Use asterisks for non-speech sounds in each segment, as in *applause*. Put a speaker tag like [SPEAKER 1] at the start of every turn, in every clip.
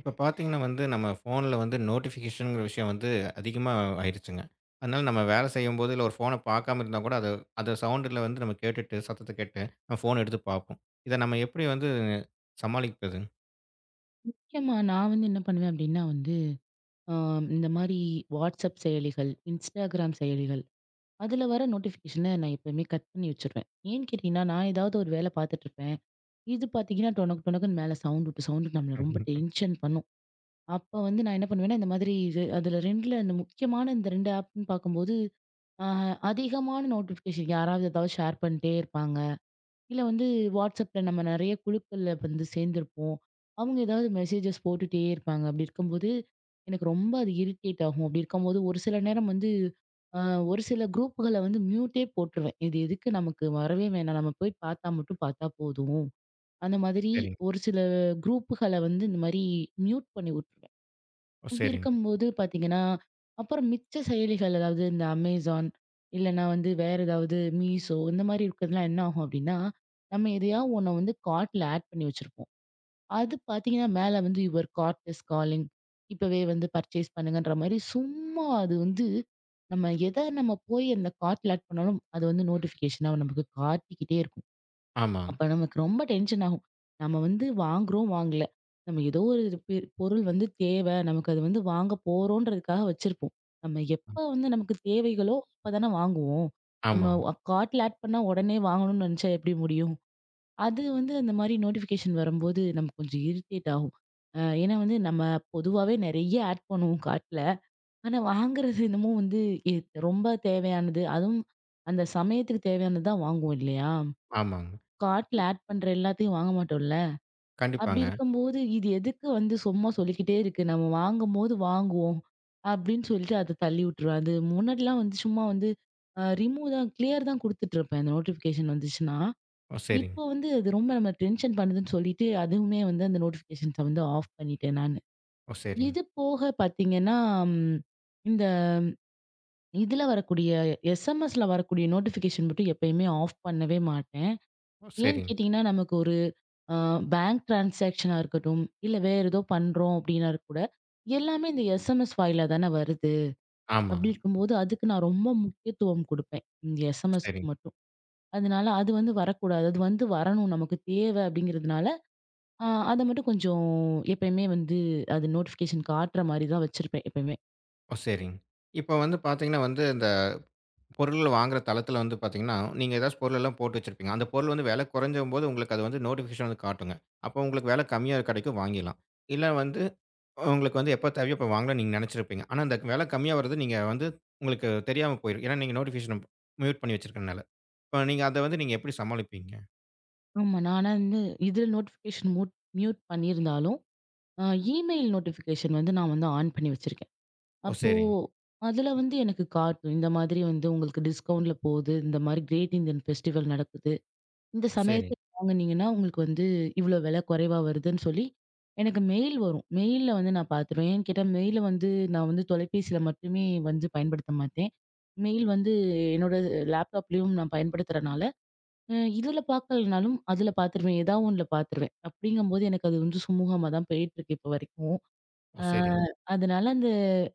[SPEAKER 1] இப்ப பார்த்தீங்கன்னா வந்து, நம்ம ஃபோன்ல வந்து நோட்டிஃபிகேஷன்ங்கிற விஷயம் வந்து அதிகமா ஆயிடுச்சுங்க. அதனால நம்ம வேலை செய்யும்போது, இல்ல ஒரு ஃபோன பார்க்காம இருந்தா கூட, அது அத சவுண்டுல வந்து நம்ம கேட்டுட்டு, சத்தத்த கேட்டு, நம்ம ஃபோன் எடுத்து பார்ப்போம். இத நம்ம எப்படி வந்து சமாளிப்பது?
[SPEAKER 2] முக்கியமா நான் வந்து என்ன பண்ணுவேன் அப்டின்னா வந்து, அ இந்த மாரி WhatsApp செயலிகள், Instagram செயலிகள், அதுல வர நோட்டிஃபிகேஷன நான் எப்பயுமே கட் பண்ணி வச்சுருவேன். ஏன்னு கேட்டீங்கன்னா, நான் ஏதாவது ஒரு வேல பார்த்துட்டுருப்பேன். இது பார்த்தீங்கன்னா, டொனக் டொனக்குன்னு மேல சவுண்ட் விட்டு சவுண்ட் நம்மள ரொம்ப
[SPEAKER 1] ம்ஹும்.
[SPEAKER 2] டென்ஷன் பண்ணும். அப்ப வந்து நான் என்ன பண்ணுவேன்னா, இந்த மாதிரி இது அதுல 2ல இந்த முக்கியமான இந்த 2 ஆப்ன்னு பார்க்கும்போது, அ அதிகமான நோட்டிஃபிகேஷன் யாராவது ஏதாவது ஷேர் பண்ணிட்டே இருப்பாங்க. இல்ல வந்து WhatsAppல நம்ம நெறைய குழுக்கள்ல வந்து சேர்ந்திருப்போம். அவங்க ஏதாவது மெசேஜஸ் போட்டுட்டே இருப்பாங்க. அப்படி இருக்கும்போது, எனக்கு ரொம்ப அது இரிட்டேட் ஆகும். அப்படி இருக்கும்போது ஒரு சில நேரம் வந்து அ ஒரு சில குரூப்புகள வந்து மியூட்டே போட்டுருவேன். இது எதுக்கு நமக்கு வரவே வேணாம். நம்ம போய் பார்த்தா மட்டும் பார்த்தா போதும். அந்த மாதிரி
[SPEAKER 1] சரிங்க.
[SPEAKER 2] ஒரு சில குரூப்புகள வந்து இந்த மாரி மியூட் பண்ணி விட்டுருவேன்.
[SPEAKER 1] ஓ!
[SPEAKER 2] இப்படி
[SPEAKER 1] சரிங்க.
[SPEAKER 2] இருக்கும்போது பாத்தீங்கன்னா, அப்புறம் மிச்ச செயலிகள் அதாவது இந்த Amazon, இல்லன்னா வந்து வேற ஏதாவது Meesho இந்த மாரி இருக்கிறதுலாம் என்ன ஆகும் அப்படின்னா, நம்ம எதையாவது ஒண்ண வந்து கார்ட்ல ஆட் பண்ணி வச்சிருப்போம். அது பாத்தீங்கன்னா மேல வந்து யுவர் கார்ட் இஸ் காலிங். இப்பவே வந்து பர்ச்சேஸ் பண்ணுங்கன்ற மாரி சும்மா அது வந்து நம்ம எத நம்ம போய் அந்த கார்ட்ல ஆட் பண்ணாலும் அது வந்து நோட்டிஃபிகேஷனா நமக்கு காட்டிக்கிட்டே இருக்கும்.
[SPEAKER 1] ஆமாங்க.
[SPEAKER 2] அப்ப நமக்கு ரொம்ப டென்ஷன் ஆகும். நம்ம வந்து வாங்குறோம், வாங்கல. நம்ம ஏதோ ஒரு பொருள் வந்து தேவை. நமக்கு அது வந்து வாங்க போறோன்றதுக்காக வச்சிருப்போம். நம்ம எப்ப வந்து நமக்கு தேவைகளோ, அப்ப தானே வாங்குவோம். நம்ம
[SPEAKER 1] ஆமாங்க.
[SPEAKER 2] கார்ட்ல ஆட் பண்ணா உடனே வாங்கணும்னு நினைச்சா எப்படி முடியும்? அது வந்து அந்த மாரி நோட்டிஃபிகேஷன் வரும்போது நமக்கு கொஞ்சம் இரிட்டேட் ஆகும். ஏன்னா வந்து நம்ம பொதுவாவே நெறைய ஆட் பண்ணுவோம் கார்ட்ல. ஆனா வாங்குறது என்னமோ வந்து எ ரொம்ப தேவையானது. அதுவும் அந்த சமயத்துக்கு தேவையானது தான் வாங்குவோம் இல்லையா?
[SPEAKER 1] ஆமாங்க.
[SPEAKER 2] கார்ட்ல
[SPEAKER 1] இப்
[SPEAKER 2] ஆட் பண்ற எல்லாத்தையும் வாங்க மாட்டோம்ல. அப்படி
[SPEAKER 1] கண்டிப்பாங்க.
[SPEAKER 2] இருக்கும்போது, இது எதுக்கு வந்து சும்மா சொல்லிக்கிட்டே இருக்கு. நம்ம வாங்கும்போது வாங்குவோம். அப்படின்னு சொல்லிட்டு அத தள்ளி விட்டுருவேன். அது முன்னாடிலாம் வந்து சும்மா வந்து ரிமூவ் தான் கிளியர் தான் குடுத்துட்டுருப்பேன். அந்த நோட்டிஃபிகேஷன் வந்துச்சுன்னா.
[SPEAKER 1] ஓ! சரிங்க.
[SPEAKER 2] இப்போ வந்து அது ரொம்ப நம்ம டென்ஷன் பண்ணுதுன்னு சொல்லிட்டு, அதுவுமே வந்து அந்த நோட்டிஃபிகேஷன்ஸ வந்து ஆஃப் பண்ணிட்டேன் நானு.
[SPEAKER 1] ஓ! சரிங்க.
[SPEAKER 2] இது போக பார்த்தீங்கன்னா, ம் இந்த இதுல வரக்கூடிய எஸ்எம்எஸ்ல வரக்கூடிய நோட்டிஃபிகேஷன் மட்டும் எப்பயுமே ஆஃப் பண்ணவே மாட்டேன்.
[SPEAKER 1] ஓ!
[SPEAKER 2] ஏன்னு
[SPEAKER 1] சரிங்க.
[SPEAKER 2] கேட்டீங்கன்னா, நமக்கு ஒரு அ பேங்க் டிரான்சாக்ஷனா இருக்கட்டும், இல்ல வேற ஏதோ பண்றோம் அப்படின்னா கூட, எல்லாமே இந்த எஸ்எம்எஸ் வாயிலா தானே வருது.
[SPEAKER 1] ஆமாங்க.
[SPEAKER 2] அப்படி இருக்கும்போது, அதுக்கு நான் ரொம்ப முக்கியத்துவம் குடுப்பேன். இந்த எஸ்எம்எஸ்க்கு
[SPEAKER 1] சரிங்க.
[SPEAKER 2] மட்டும். அதனால அது வந்து வரக்கூடாது. அது வந்து வரணும் நமக்கு தேவை அப்படிங்கிறதுனால, அ அத மட்டும் கொஞ்சம் எப்பயுமே வந்து அது நோட்டிஃபிகேஷன் காட்டுற மாரி தான் வச்சிருப்பேன் எப்பயுமே.
[SPEAKER 1] ஓ! சரிங்க. இப்ப வந்து பார்த்தீங்கன்னா வந்து பொருள் வாங்குற தளத்தில வந்து பார்த்தீங்கன்னா, நீங்க ஏதாச்சும் பொருளெல்லாம் போட்டு வச்சிருப்பீங்க. அந்த பொருள் வந்து விலை குறைஞ்சம்போது உங்களுக்கு அது வந்து நோட்டிஃபிகேஷன் வந்து காட்டுங்க. அப்போ உங்களுக்கு விலை கம்மியா கிடைக்கும் வாங்கிடலாம். இல்ல வந்து உங்களுக்கு வந்து எப்போ தேவையோ அப்போ வாங்கலாம்னு நீங்க நினைச்சிருப்பீங்க. ஆனா அந்த விலை கம்மியா வரது நீங்க வந்து உங்களுக்கு தெரியாம போயிரும். ஏன்னா நீங்க நோட்டிஃபிகேஷன் மியூட் பண்ணி வச்சிருக்கிறனால. இப்ப நீங்க அத வந்து நீங்க எப்படி சமாளிப்பீங்க?
[SPEAKER 2] ஆமா. நானா வந்து இதில நோட்டிஃபிகேஷன் மியூட் பண்ணியிருந்தாலும், அ இமெயில் நோட்டிஃபிகேஷன் வந்து நான் வந்து ஆன் பண்ணி வச்சிருக்கேன்.
[SPEAKER 1] ஓ!
[SPEAKER 2] அப்போ
[SPEAKER 1] சரிங்க.
[SPEAKER 2] அதுல வந்து எனக்கு காட்டும். இந்த மாதிரி வந்து உங்களுக்கு டிஸ்கவுண்ட்ல போகுது. இந்த மாதிரி கிரேட் இந்தியன் ஃபெஸ்டிவல் நடக்குது. இந்த
[SPEAKER 1] ஓ!
[SPEAKER 2] சமயத்துல
[SPEAKER 1] சரிங்க.
[SPEAKER 2] வாங்குனீங்கன்னா, உங்களுக்கு வந்து இவ்ளோ விலை குறைவா வருதுன்னு சொல்லி எனக்கு மெயில் வரும். மெயில்ல வந்து நான் பார்த்துருவேன். ஏன்னு கேட்டா மெயில வந்து நான் வந்து தொலைபேசியில மட்டுமே வந்து பயன்படுத்த மாட்டேன். மெயில் வந்து என்னோட லேப்டாப்லயும் நான் பயன்படுத்துறனால, இதுல பார்க்கலனாலும் அதுல பார்த்துருவேன். ஏதாவது ஒண்ணுல பார்த்துருவேன். அப்படிங்கும்போது எனக்கு அது வந்து சுமூகமா தான் போயிட்டுருக்கு இப்போ வரைக்கும்.
[SPEAKER 1] ஓ!
[SPEAKER 2] அ
[SPEAKER 1] சரிங்க.
[SPEAKER 2] அதனால அந்த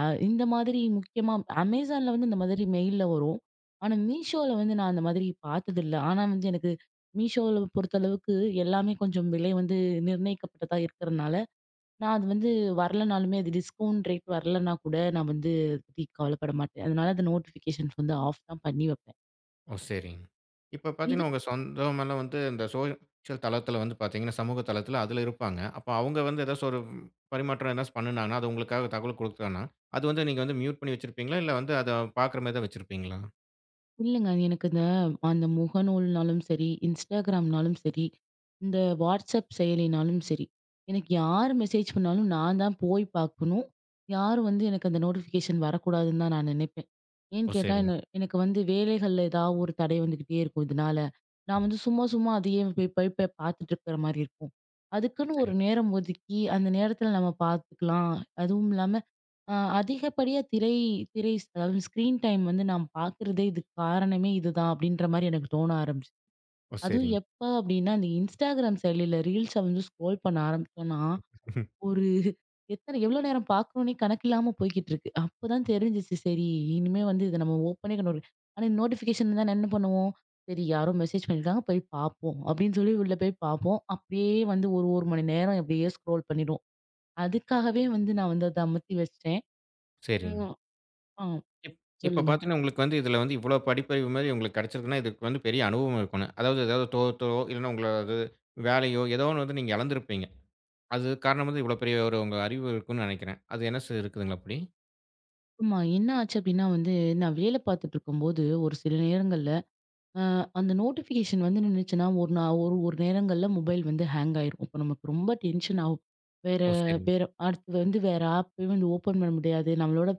[SPEAKER 2] அ இந்த மாதிரி முக்கியமா அமேசான்ல வந்து இந்த மாதிரி மெயில்ல வரும். ஆனா, மீஷோல வந்து நான் அந்த மாதிரி பார்த்ததில்ல. ஆனா வந்து எனக்கு மீஷோல பொறுத்தளவுக்கு எல்லாமே கொஞ்சம் விலை வந்து நிர்ணயிக்கப்பட்டதா இருக்கிறனால, நான் அது வந்து வரலனாலுமே அது டிஸ்கவுண்ட் ரேட் வரலன்னா கூட நான் வந்து அத பத்தி கவலைப்பட மாட்டேன். அதனால அந்த நோட்டிஃபிகேஷன்ஸ் வந்து ஆஃப் தான் பண்ணி வைப்பேன்.
[SPEAKER 1] ஓ! சரிங்க. இப்ப பார்த்தீங்கன்னா, உங்க சொந்தமெல்லாம் வந்து இந்த சோஷியல் தளத்தில வந்து பார்த்தீங்கன்னா, சமூக தளத்தில அதில இருப்பாங்க. அப்ப அவங்க வந்து ஏதாச்சும் ஒரு பரிமாற்றம் ஏதாச்சும் பண்ணுனாங்கன்னா, அது உங்களுக்காக தகவல் குடுத்தாங்கன்னா, அது வந்து நீங்க வந்து மியூட் பண்ணி வச்சிருப்பீங்களா? இல்ல வந்து அத பார்க்குற மாரி தான் வச்சிருப்பீங்களா?
[SPEAKER 2] இல்லங்க. எனக்கு அந்த முகநூல்னாலும் சரி, Instagramனாலும் சரி, இந்த WhatsApp செயலினாலும் சரி, எனக்கு யார் மெசேஜ் பண்ணாலும் நான் தான் போய் பார்க்கணும். யாரும் வந்து எனக்கு அந்த நோட்டிஃபிகேஷன் வரக்கூடாதுன்னு தான் நான் நினைப்பேன். ஏன்னு
[SPEAKER 1] ஓ!
[SPEAKER 2] கேட்டா,
[SPEAKER 1] சரிங்க,
[SPEAKER 2] என்ன எனக்கு வந்து வேலைகள்ல ஏதாவது ஒரு தடை வந்துகிட்டே இருக்கும் இதனால. நான் வந்து சும்மா, சும்மா அதையே போய் போய் போய் பார்த்துட்டு இருக்கிற மாரி இருக்கும். அதுக்குன்னு
[SPEAKER 1] சரிங்க.
[SPEAKER 2] ஒரு நேரம் ஒதுக்கி, அந்த நேரத்தில நம்ம பார்த்துக்கலாம். அதுவும் இல்லாம அதிகப்படியா திரை திரை அதாவது ஸ்க்ரீன் டைம் வந்து நான் பார்க்குறதே இதுக்கு காரணமே இதுதான் அப்படின்ற மாரி எனக்கு தோண ஆரம்பிச்சு.
[SPEAKER 1] ஓ!
[SPEAKER 2] அதுவும்
[SPEAKER 1] சரிங்க.
[SPEAKER 2] எப்ப அப்படின்னா, இந்த Instagram செயலில ரீல்ஸ வந்து ஸ்க்ரோல் பண்ண ஆரம்பிச்சோம்னா,
[SPEAKER 1] *laughs*
[SPEAKER 2] ஒரு எத்தன எவ்வளோ நேரம் பார்க்குறோம்னே கணக்கில்லாம போய்க்கிட்டு இருக்கு. அப்பதான் தெரிஞ்சுச்சு சரி இனிமே வந்து இத நம்ம ஓப்பனே பண்ண ஆனா நோட்டிஃபிகேஷன் இருந்தா என்ன பண்ணுவோம்? சரி யாரோ மெசேஜ் பண்ணியிருக்காங்க போய் பார்ப்போம் அப்படின்னு சொல்லி உள்ள போய் பார்ப்போம். அப்படியே வந்து ஒரு 1 மணி நேரம் அப்படியே ஸ்க்ரோல் பண்ணிருவோம். அதுக்காகவே வந்து நான் வந்து அத அமத்தி வச்சுட்டேன்.
[SPEAKER 1] சரிங்க.
[SPEAKER 2] ம். ஆ.
[SPEAKER 1] இப் இப்ப
[SPEAKER 2] சொல்லுங்க.
[SPEAKER 1] பார்த்தீங்கன்னா, உங்களுக்கு வந்து இதில வந்து இவ்வளோ படிப்பறிவு மாரி உங்களுக்கு கிடைச்சிருக்குன்னா, இதுக்கு வந்து பெரிய அனுபவம் இருக்கணும். அதாவது ஏதாவது தோத்தோ, இல்லன்னா உங்களது வேலையோ ஏதோ ஒண்ணு வந்து நீங்க இழந்திருப்பீங்க. அது காரணமா வந்து இவ்வளோ பெரிய ஒரு உங்க அறிவு இருக்குன்னு நினைக்கிறேன். அது என்ன சார் இருக்குதுங்களா அப்படி?
[SPEAKER 2] ஆமா. என்ன ஆச்சு அப்டின்னா வந்து, நான் வேலை பார்த்துட்டு இருக்கும்போது, ஒரு சில நேரங்கள்ல அ அந்த நோட்டிஃபிகேஷன் வந்து நின்னுச்சுன்னா, ஒரு நா ஒரு ஒரு நேரங்கள்ல மொபைல் வந்து ஹேங் ஆயிரும். அப்ப நமக்கு ரொம்ப டென்ஷன் ஆகும். வேற
[SPEAKER 1] ஓ! சரிங்க.
[SPEAKER 2] வேற அடுத்து வந்து வேற ஆப்பயும் வந்து ஓப்பன் பண்ண முடியாது. நம்மளோட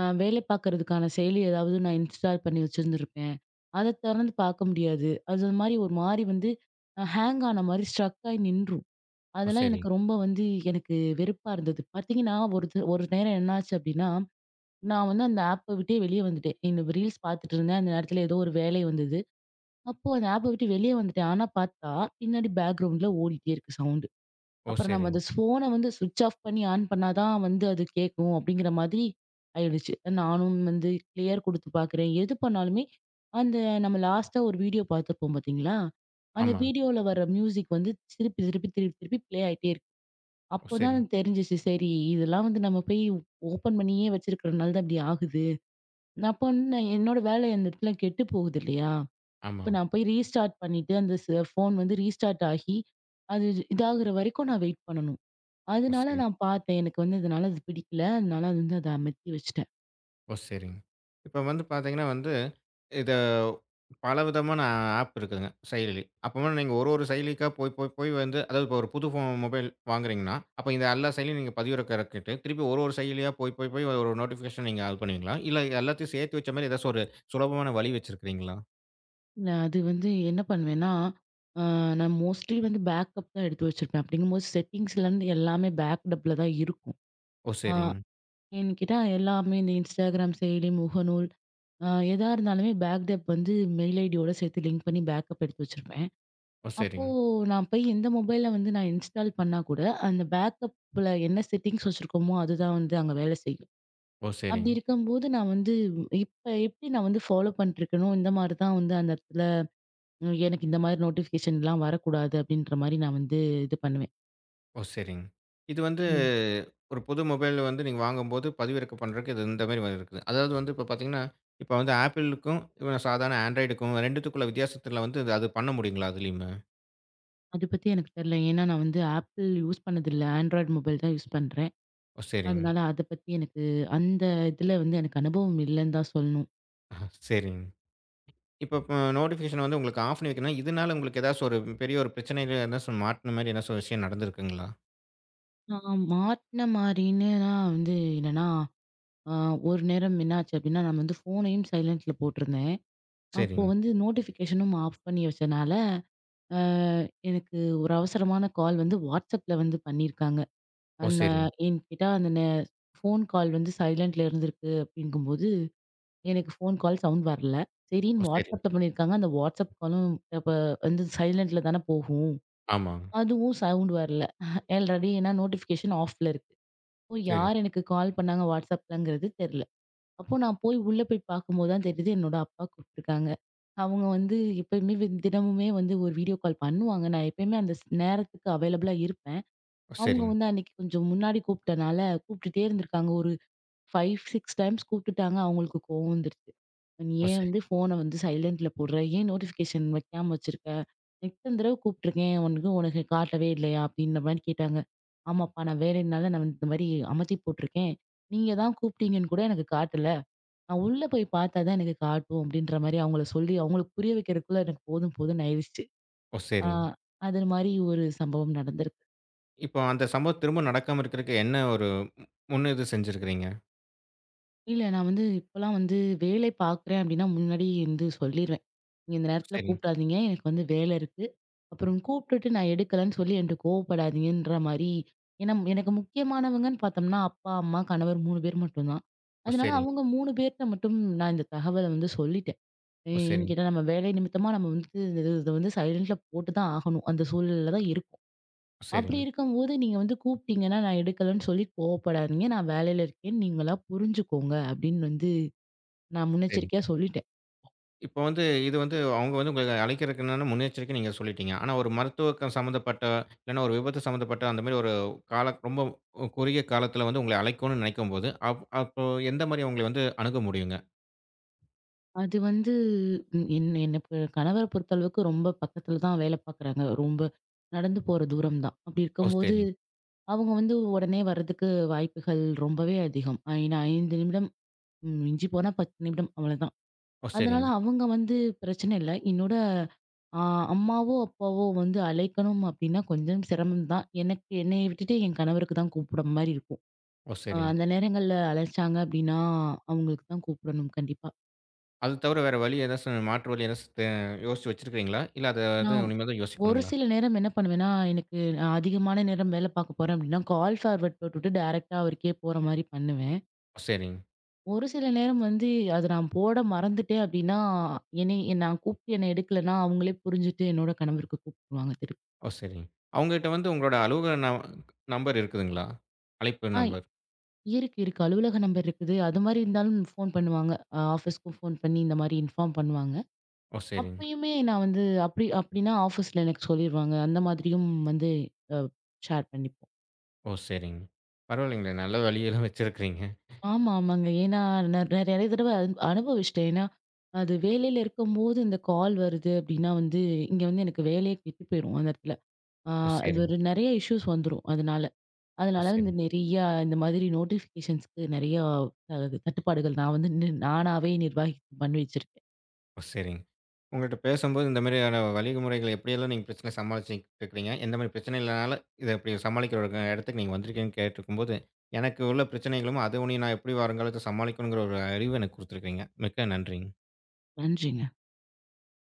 [SPEAKER 2] வேலை பார்க்கறதுக்கான செயலி ஏதாவது நான் இன்ஸ்டால் பண்ணி வச்சிருந்திருப்பேன். அத திறந்து பார்க்க முடியாது. அது மாரி ஒரு மாரி வந்து ஹேங் ஆன மாரி ஸ்ட்ரக் ஆயி நின்றும்.
[SPEAKER 1] ஓ!
[SPEAKER 2] அதெல்லாம் எனக்கு
[SPEAKER 1] சரிங்க.
[SPEAKER 2] ரொம்ப வந்து எனக்கு வெறுப்பா இருந்தது. பார்த்தீங்கன்னா, ஒரு நேரம் என்னாச்சு அப்டின்னா நான் வந்து அந்த ஆப்ப விட்டே வெளியே வந்துட்டேன். இந்த ரீல்ஸ் பார்த்துட்டு இருந்தேன். அந்த நேரத்துல ஏதோ ஒரு வேலை வந்தது. அப்போ அந்த ஆப்ப விட்டு வெளியே வந்துட்டேன். ஆனா பார்த்தா, பின்னாடி பேக்கிரவுண்ட்ல ஓடிட்டே இருக்கு சவுண்டு.
[SPEAKER 1] ஓ!
[SPEAKER 2] அப்புறம் நம்ம
[SPEAKER 1] சரிங்க.
[SPEAKER 2] அந்த ஃபோன வந்து ஸ்விட்ச் ஆஃப் பண்ணி ஆன் பண்ணா தான் வந்து அது கேட்கும் அப்படிங்கிற மாதிரி ஆயிடுச்சு. நானும் வந்து கிளியர் குடுத்து பார்க்குறேன். எது பண்ணாலுமே அந்த நம்ம லாஸ்ட்டா ஒரு வீடியோ பார்த்துருப்போம் பார்த்தீங்களா? அந்த
[SPEAKER 1] ஆமாங்க.
[SPEAKER 2] வீடியோல வர மியூசிக் வந்து திருப்பி, திருப்பி, திருப்பி, திருப்பி ப்ளே ஆயிட்டே இருக்கு.
[SPEAKER 1] ஓ! சரிங்க.
[SPEAKER 2] அப்போதான் தெரிஞ்சுச்சு. சரி இதெல்லாம் வந்து நம்ம போய் ஓப்பன் பண்ணியே வச்சிருக்கிறனால தான் இப்படி ஆகுது. அப்போ வந்து நான் பண்ண என்னோட வேலை அந்த இடத்துல கெட்டு போகுது இல்லையா?
[SPEAKER 1] ஆமா.
[SPEAKER 2] அப்ப நான் போய் ரீஸ்டார்ட் பண்ணிட்டு, அந்த ஃபோன் வந்து ரீஸ்டார்ட் ஆகி, அது இதாகுற வரைக்கும் நான் வெயிட் பண்ணணும்.
[SPEAKER 1] ஓ!
[SPEAKER 2] அதனால
[SPEAKER 1] சரிங்க.
[SPEAKER 2] நான் பார்த்தேன். எனக்கு வந்து இதனால அது பிடிக்கல. அதனால அது வந்து அத அமத்தி வச்சுட்டேன்.
[SPEAKER 1] ஓ! சரிங்க. இப்ப வந்து பார்த்தீங்கன்னா வந்து, இத பலவிதமான ஆப் இருக்குதுங்க, செயலி. அப்போ நீங்க ஒரு ஒரு செயலிக்கா போய் போய் போய் வந்து அதாவது இப்போ ஒரு புது மொபைல் வாங்குறீங்கன்னா, அப்போ இந்த எல்லா செயலியும் நீங்க பதிவிறக்க இறக்கிட்டு, திருப்பி ஒரு ஒரு செயலியா போய் போய் போய் ஒரு நோட்டிஃபிகேஷன் நீங்க அது பண்ணுவீங்களா? இல்ல எல்லாத்தையும் சேர்த்து வச்ச மாரி ஏதாச்சும் ஒரு சுலபமான வழி வச்சிருக்கிறீங்களா?
[SPEAKER 2] நான் அது வந்து என்ன பண்ணுவேன்னா, அ நான் மோஸ்ட்லி வந்து பேக்கப் தான் எடுத்து வச்சிருப்பேன். அப்படிங்கும்போது செட்டிங்ஸ்லருந்து எல்லாமே பேக்கப்ல தான் இருக்கும்.
[SPEAKER 1] ஓ!
[SPEAKER 2] ஆ
[SPEAKER 1] சரிங்க.
[SPEAKER 2] ஏன்னு கேட்டா எல்லாமே இந்த Instagram செயலி, முகநூல் அ எதா இருந்தாலுமே பேக்கப் வந்து மெயில் ஐடியோட சேர்த்து லிங்க் பண்ணி பேக்கப் எடுத்து வச்சிருப்பேன்.
[SPEAKER 1] ஓ!
[SPEAKER 2] அப்போ
[SPEAKER 1] சரிங்க.
[SPEAKER 2] நான் போய் எந்த மொபைல்ல வந்து நான் இன்ஸ்டால் பண்ணா கூட, அந்த பேக்கப்ல என்ன செட்டிங்ஸ் வச்சிருக்கோமோ, அதுதான் வந்து அங்க வேலை செய்யும்.
[SPEAKER 1] ஓ!
[SPEAKER 2] அப்படி
[SPEAKER 1] சரிங்க.
[SPEAKER 2] இருக்கும்போது நான் வந்து இப்ப எப்படி நான் வந்து ஃபாலோ பண்ணிட்டுருக்கேனோ, இந்த மாரி தான் வந்து அந்த இடத்துல எனக்கு இந்த மாரி நோட்டிஃபிகேஷன்லாம் வரக்கூடாது அப்படின்ற மாரி நான் வந்து இது பண்ணுவேன்.
[SPEAKER 1] ஓ! சரிங்க. இது வந்து
[SPEAKER 2] ம்.
[SPEAKER 1] ஒரு புது மொபைல் வந்து நீங்க வாங்கும்போது பதிவிறக்கம் பண்றதுக்கு இது இந்த மாரி இருக்குது. அதாவது வந்து இப்ப பார்த்தீங்கன்னா, இப்ப வந்து ஆப்பிளுக்கும், இப்போ சாதாரண ஆண்ட்ராய்டுக்கும் 2த்துக்குள்ள வித்தியாசத்துல வந்து இது- அது பண்ண முடியுங்களா அதுலயுமே?
[SPEAKER 2] அத பத்தி எனக்கு தெரியல. ஏன்னா நான் வந்து Apple யூஸ் பண்ணதில்ல. Android மொபைல் தான் யூஸ் பண்றேன்.
[SPEAKER 1] ஓ! சரிங்க.
[SPEAKER 2] அதனால அத பத்தி எனக்கு அந்த இதுல வந்து எனக்கு அனுபவம் இல்லன்னு தான் சொல்லணும்.
[SPEAKER 1] சரிங்க. இப்ப நோட்டிஃபிகேஷன் வந்து உங்களுக்கு ஆஃப் பண்ணி வைக்கணும்னா, இதனால உங்களுக்கு ஏதாச்சும் ஒரு பெரிய ஒரு பிரச்சனையில ஏதாச்சும் மாட்டுன மாரி ஏதாச்சும் விஷயம் நடந்திருக்குங்களா?
[SPEAKER 2] நான் மாட்ன மாரின்னா வந்து என்னன்னா ஆ, ஒரு நேரம் என்னாச்சு அப்படின்னா, நான் வந்து ஃபோனையும் சைலன்ட்ல போட்டிருந்தேன். அப்போ
[SPEAKER 1] சரிங்க.
[SPEAKER 2] வந்து நோட்டிஃபிகேஷனும் ஆஃப் பண்ணி வச்சனால, அ எனக்கு ஒரு அவசரமான கால் வந்து WhatsAppல வந்து பண்ணியிருக்காங்க.
[SPEAKER 1] ஓ!
[SPEAKER 2] அண்ட்
[SPEAKER 1] சரிங்க.
[SPEAKER 2] ஏன்னு கேட்டா, அந்த நே ஃபோன் கால் வந்து சைலன்ட்ல இருந்திருக்கு அப்படிங்கும்போது, எனக்கு ஃபோன் கால் சவுண்ட் வரல.
[SPEAKER 1] ஓ!
[SPEAKER 2] சரின்னு
[SPEAKER 1] சரிங்க.
[SPEAKER 2] WhatsAppல பண்ணியிருக்காங்க. அந்த WhatsApp காலும் அப்ப வந்து சைலன்ட்ல தானே போகும்.
[SPEAKER 1] ஆமாங்க.
[SPEAKER 2] அதுவும் சவுண்ட் வரல. *laughs* ஆல்ரெடி ஏன்னா நோட்டிஃபிகேஷன் ஆஃப்ல இருக்கு. அப்போ
[SPEAKER 1] சரிங்க.
[SPEAKER 2] யார் எனக்கு கால் பண்ணாங்க WhatsAppலங்கிறது தெரியல. அப்போ நான் போய் உள்ள போய் பார்க்கும்போது தான் தெரியுது என்னோட அப்பா கூப்பிட்டுருக்காங்க. அவங்க வந்து எப்பயுமே வந்து தினமுமே வந்து ஒரு வீடியோ கால் பண்ணுவாங்க. நான் எப்பயுமே அந்த நேரத்துக்கு அவைலபிளா இருப்பேன்.
[SPEAKER 1] ஓ!
[SPEAKER 2] அவங்க
[SPEAKER 1] சரிங்க.
[SPEAKER 2] வந்து அன்னைக்கு கொஞ்சம் முன்னாடி கூப்பிட்டனால, கூப்பிட்டுட்டே இருந்திருக்காங்க. ஒரு 5, 6 டைம்ஸ் கூப்பிட்டுட்டாங்க. அவங்களுக்கு கோவம் வந்துருச்சு. "நீ
[SPEAKER 1] ஓ!
[SPEAKER 2] ஏன்
[SPEAKER 1] சரி.
[SPEAKER 2] வந்து ஃபோன வந்து சைலன்ட்ல போடுற? ஏன் நோட்டிஃபிகேஷன் வைக்காம வச்சிருக்க? இத்தன தடவ கூப்பிட்டுருக்கேன். உனக்கு உனக்கு காட்டவே இல்லையா?" அப்படின்ற மாரி கேட்டாங்க. "ஆமாப்பா நான் வேலைனால நான் வந்து இந்த மாரி அமத்தி போட்டுருக்கேன். நீங்க தான் கூப்பிட்டீங்கன்னு கூட எனக்கு காட்டல." நான் உள்ள போய் பார்த்தா தான் எனக்கு காட்டும் அப்படின்ற மாரி அவங்கள சொல்லி, அவங்களுக்கு புரிய வைக்கிறதுக்குள்ள எனக்கு போதும் போதும்ன்னு ஆயிருச்சு.
[SPEAKER 1] ஓ!
[SPEAKER 2] ஆ
[SPEAKER 1] சரிங்க.
[SPEAKER 2] அது மாரி ஒரு சம்பவம் நடந்திருக்கு.
[SPEAKER 1] இப்போ அந்த சம்பவம் திரும்ப நடக்காம இருக்கிறதுக்கு என்ன ஒரு இது செஞ்சிருக்கிறீங்க?
[SPEAKER 2] இல்ல நான் வந்து இப்பலாம் வந்து வேலை பார்க்குறேன் அப்படின்னா, முன்னாடி வந்து சொல்லிருவேன். "நீங்க இந்த நேரத்தில
[SPEAKER 1] சரிங்க.
[SPEAKER 2] கூப்பிடாதீங்க. எனக்கு வந்து வேலை இருக்கு. அப்புறம் கூப்பிட்டுட்டு நான் எடுக்கலன்னு சொல்லி என்ட்ட கோவப்படாதீங்கன்ற" மாரி. ஏன்னா, எனக்கு முக்கியமானவங்கன்னு பார்த்தோம்னா, அப்பா, அம்மா, கணவர் 3 பேர் மட்டும் தான்.
[SPEAKER 1] ஓ!
[SPEAKER 2] அதனால
[SPEAKER 1] சரிங்க.
[SPEAKER 2] அவங்க 3 பேர்ட்ட மட்டும் நான் இந்த தகவல வந்து சொல்லிட்டேன்.
[SPEAKER 1] ஓ!
[SPEAKER 2] ஏன்னு
[SPEAKER 1] சரிங்க.
[SPEAKER 2] கேட்டா, நம்ம வேலை நிமித்தமா நம்ம வந்து இத வந்து சைலன்ட்ல போட்டு தான் ஆகணும். அந்த சூழ்நிலையில தான் இருக்கும்.
[SPEAKER 1] ஓ
[SPEAKER 2] அப்படி
[SPEAKER 1] சரிங்க.
[SPEAKER 2] இருக்கும்போது, நீங்க வந்து கூப்பிட்டீங்கன்னா, "நான் எடுக்கலன்னு" சொல்லி கோவப்படாதீங்க. "நான் வேலையில இருக்கேன்னு நீங்களா புரிஞ்சுக்கோங்க." அப்படின்னு வந்து நான்
[SPEAKER 1] சரிங்க.
[SPEAKER 2] முன்னெச்சரிக்கையா சொல்லிட்டேன்.
[SPEAKER 1] இப்போ வந்து இது வந்து அவங்க வந்து உங்கள அழைக்கிறதுக்கு என்னன்னா முன்னெச்சரிக்கை நீங்க சொல்லிட்டீங்க. ஆனா ஒரு மருத்துவக்கம் சம்மந்தப்பட்ட, இல்லன்னா ஒரு விபத்து சம்மந்தப்பட்ட அந்த மாரி ஒரு கால ரொம்ப குறுகிய காலத்தில வந்து உங்கள அழைக்கணும்னு நினைக்கும்போது, அப்போ எந்த மாரி அவங்கள வந்து அணுக முடியுங்க?
[SPEAKER 2] அது வந்து எனக்கு கணவர பொறுத்தளவுக்கு ரொம்ப பக்கத்துல தான் வேலை பார்க்குறாங்க. ரொம்ப நடந்து போற தூரம் தான். அப்படி
[SPEAKER 1] ஓ!
[SPEAKER 2] இருக்கும்போது,
[SPEAKER 1] சரிங்க.
[SPEAKER 2] அவங்க வந்து உடனே வர்றதுக்கு வாய்ப்புகள் ரொம்பவே அதிகம். ஏன்னா 5 நிமிடம் மிஞ்சி போனா 10 நிமிடம் அவ்வளதான்.
[SPEAKER 1] ஓ!
[SPEAKER 2] அதனால
[SPEAKER 1] சரிங்க.
[SPEAKER 2] அவங்க வந்து பிரச்சனை இல்ல. என்னோட அ அம்மாவோ, அப்பாவோ வந்து அழைக்கணும் அப்டின்னா கொஞ்சம் சிரமம் தான். எனக்கு என்னைய விட்டுட்டு என் கணவருக்கு தான் கூப்பிடுற மாரி இருக்கும்.
[SPEAKER 1] ஓ! சரிங்க.
[SPEAKER 2] அந்த நேரங்கள்ல அழைச்சாங்க அப்டின்னா, அவங்களுக்கு தான் கூப்பிடணும் கண்டிப்பா.
[SPEAKER 1] அது தவிர வேற வழி ஏதாச்சும் மாற்று வழி ஏதாச்சும் யோசிச்சு வச்சிருக்கிறீங்களா? இல்ல அத அது
[SPEAKER 2] நான்
[SPEAKER 1] இனிமே தான்
[SPEAKER 2] ஒரு
[SPEAKER 1] யோசிக்கணுங்களா?
[SPEAKER 2] சில நேரம் என்ன பண்ணுவேன்னா, எனக்கு நான் அதிகமான நேரம் வேலை பார்க்க போறேன் அப்டின்னா, கால் ஃபார்வர்ட் போட்டுட்டு டைரக்ட்டா அவருக்கே போற மாரி பண்ணுவேன்.
[SPEAKER 1] ஓ! சரிங்க.
[SPEAKER 2] ஒரு சில நேரம் வந்து அத நான் போட மறந்துட்டேன் அப்டின்னா, என்னை நான் கூப்பிட்டு என்ன எடுக்கலன்னா, அவங்களே புரிஞ்சுட்டு என்னோட கணவருக்கு கூப்பிடுவாங்க திருப்பி.
[SPEAKER 1] ஓ! சரிங்க. அவங்ககிட்ட வந்து உங்களோட அலுவலக நம்பர் இருக்குதுங்களா? அழைப்பு
[SPEAKER 2] ஆ
[SPEAKER 1] நம்பர்.
[SPEAKER 2] இருக்கு, இருக்கு. அலுவலக நம்பர் இருக்குது. அது மாரி இருந்தாலும் ஃபோன் பண்ணுவாங்க. ஆஃபீஸ்க்கும் ஃபோன் பண்ணி இந்த மாரி இன்ஃபார்ம் பண்ணுவாங்க.
[SPEAKER 1] ஓ! சரிங்க.
[SPEAKER 2] அப்பயுமே நான் வந்து அப்படி அப்படின்னா ஆஃபீஸ்ல எனக்கு சொல்லிருவாங்க. அந்த மாதிரியும் வந்து அ ஷேர் பண்ணிப்போம்.
[SPEAKER 1] ஓ! சரிங்க. பரவாயில்லைங்களே! நல்ல வழியெல்லாம் வச்சிருக்கிறீங்க.
[SPEAKER 2] ஆமா, ஆமாங்க. ஏன்னா நெ நெறைய தடவ அனுபவிச்சுட்டேன். ஏன்னா, அது வேலையில இருக்கும்போது இந்த கால் வருது அப்படின்னா வந்து, இங்க வந்து எனக்கு வேலையே கெட்டு போயிரும் அந்த இடத்துல. ஆ
[SPEAKER 1] ஓ!
[SPEAKER 2] அது
[SPEAKER 1] சரிங்க,
[SPEAKER 2] ஒரு நெறைய இஷ்யூஸ் வந்துரும் அதனால.
[SPEAKER 1] ஓ!
[SPEAKER 2] அதனால வந்து
[SPEAKER 1] சரிங்க,
[SPEAKER 2] நெறையா இந்த மாதிரி நோட்டிஃபிகேஷன்ஸ்க்கு நெறையா அ தட்டுப்பாடுகள் நான் வந்து நானாவே நிர்வாகி பண்ணி வச்சிருக்கேன்.
[SPEAKER 1] ஓ! சரிங்க. உங்கள்ட்ட பேசும்போது இந்த மாதிரியான வழிமுறைகள் எப்படியெல்லாம் நீங்க பிரச்சனை சமாளிச்சுட்டு இருக்கிறீங்க? எந்த மாதிரி பிரச்சனை இல்லனால இத இப்படி சமாளிக்கிற ஒரு இடத்துக்கு நீங்க வந்திருக்கீங்கன்னு கேட்டுருக்கும்போது, எனக்கு உள்ள பிரச்சனைகளும், அது ஒண்ணையும் நான் எப்படி வருங்காலத்துல சமாளிக்கணுங்கிற ஒரு அறிவு எனக்கு குடுத்துருக்கிறீங்க. மிக்க நன்றிங்க.
[SPEAKER 2] நன்றிங்க.